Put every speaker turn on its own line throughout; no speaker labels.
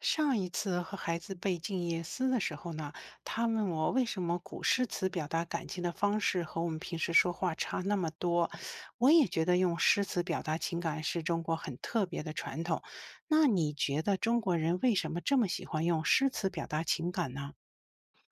上一次和孩子背静夜思的时候呢，他问我为什么古诗词表达感情的方式和我们平时说话差那么多。我也觉得用诗词表达情感是中国很特别的传统。那你觉得中国人为什么这么喜欢用诗词表达情感呢？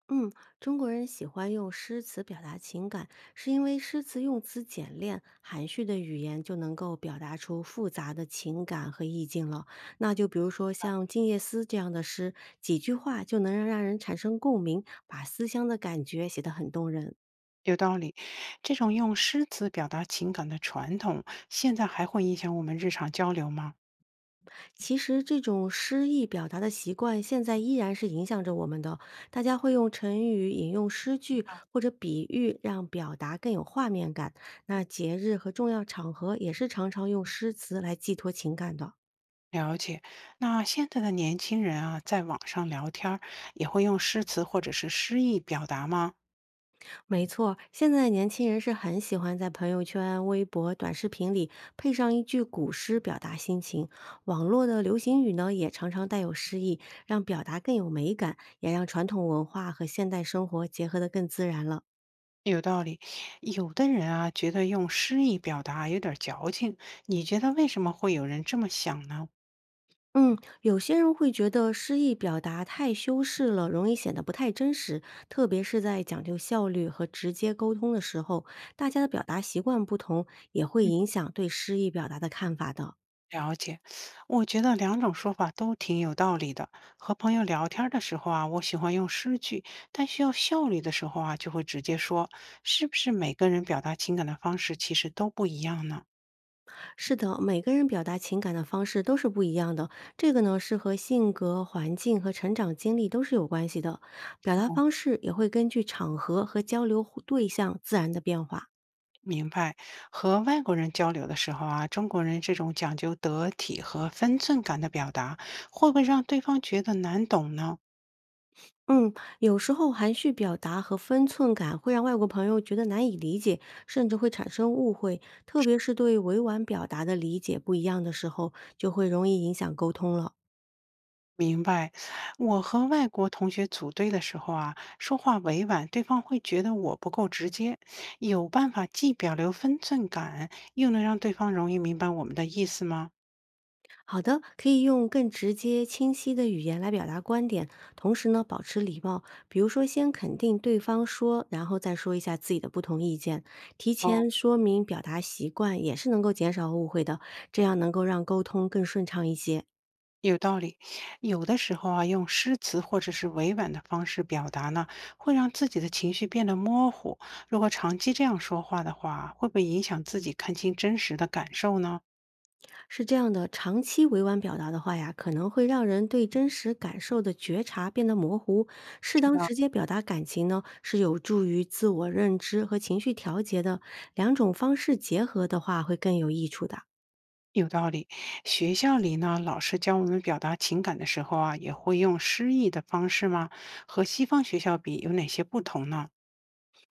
嗯，中国人喜欢用诗词表达情感，是因为诗词用词简练，含蓄的语言就能够表达出复杂的情感和意境了。那就比如说像《静夜思》这样的诗，几句话就能让人产生共鸣，把思乡的感觉写得很动人。
有道理，这种用诗词表达情感的传统，现在还会影响我们日常交流吗？
其实这种诗意表达的习惯，现在依然是影响着我们的。大家会用成语、引用诗句或者比喻，让表达更有画面感。那节日和重要场合也是常常用诗词来寄托情感的。
了解，那现在的年轻人啊，在网上聊天儿也会用诗词或者是诗意表达吗？
没错，现在的年轻人是很喜欢在朋友圈、微博、短视频里配上一句古诗表达心情。网络的流行语呢，也常常带有诗意，让表达更有美感，也让传统文化和现代生活结合得更自然了。
有道理，有的人啊，觉得用诗意表达有点儿矫情，你觉得为什么会有人这么想呢？
嗯，有些人会觉得诗意表达太修饰了，容易显得不太真实，特别是在讲究效率和直接沟通的时候，大家的表达习惯不同，也会
嗯，
影响对诗意表达的看法的。
了解，我觉得两种说法都挺有道理的。和朋友聊天儿的时候啊，我喜欢用诗句，但需要效率的时候啊，就会直接说。是不是每个人表达情感的方式其实都不一样呢？
是的，每个人表达情感的方式都是不一样的，这个呢是和性格、环境和成长经历都是有关系的，表达方式也会根据场合和交流互对象自然的变化。
明白，和外国人交流的时候啊，中国人这种讲究得体和分寸感的表达，会不会让对方觉得难懂呢？
嗯，有时候含蓄表达和分寸感会让外国朋友觉得难以理解，甚至会产生误会，特别是对委婉表达的理解不一样的时候，就会容易影响沟通了。
明白，我和外国同学组队的时候啊，说话委婉，对方会觉得我不够直接。有办法既表留分寸感，又能让对方容易明白我们的意思吗？
好的，可以用更直接、清晰的语言来表达观点，同时呢，保持礼貌，比如说先肯定对方说，然后再说一下自己的不同意见，提
哦。
前说明表达习惯也是能够减少误会的，这样能够让沟通更顺畅一些。
有道理，有的时候啊，用诗词或者是委婉的方式表达呢，会让自己的情绪变得模糊。如果长期这样说话的话，会不会影响自己看清真实的感受呢？
是这样的，长期委婉表达的话呀，可能会让人对真实感受的觉察变得模糊。适当直接表达感情呢，是有助于自我认知和情绪调节的。两种方式结合的话，会更有益处的。
有道理，学校里呢，老师教我们表达情感的时候啊，也会用诗意的方式吗？和西方学校比，有哪些不同呢？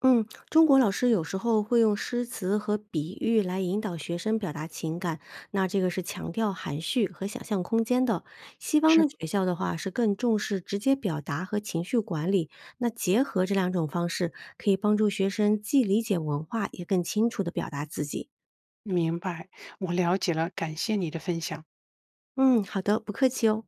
嗯，中国老师有时候会用诗词和比喻来引导学生表达情感，那这个是强调含蓄和想象空间的。西方的
是。
学校的话是更重视直接表达和情绪管理，那结合这两种方式，可以帮助学生既理解文化，也更清楚地表达自己。
明白，我了解了，感谢你的分享。
嗯，好的，不客气哦。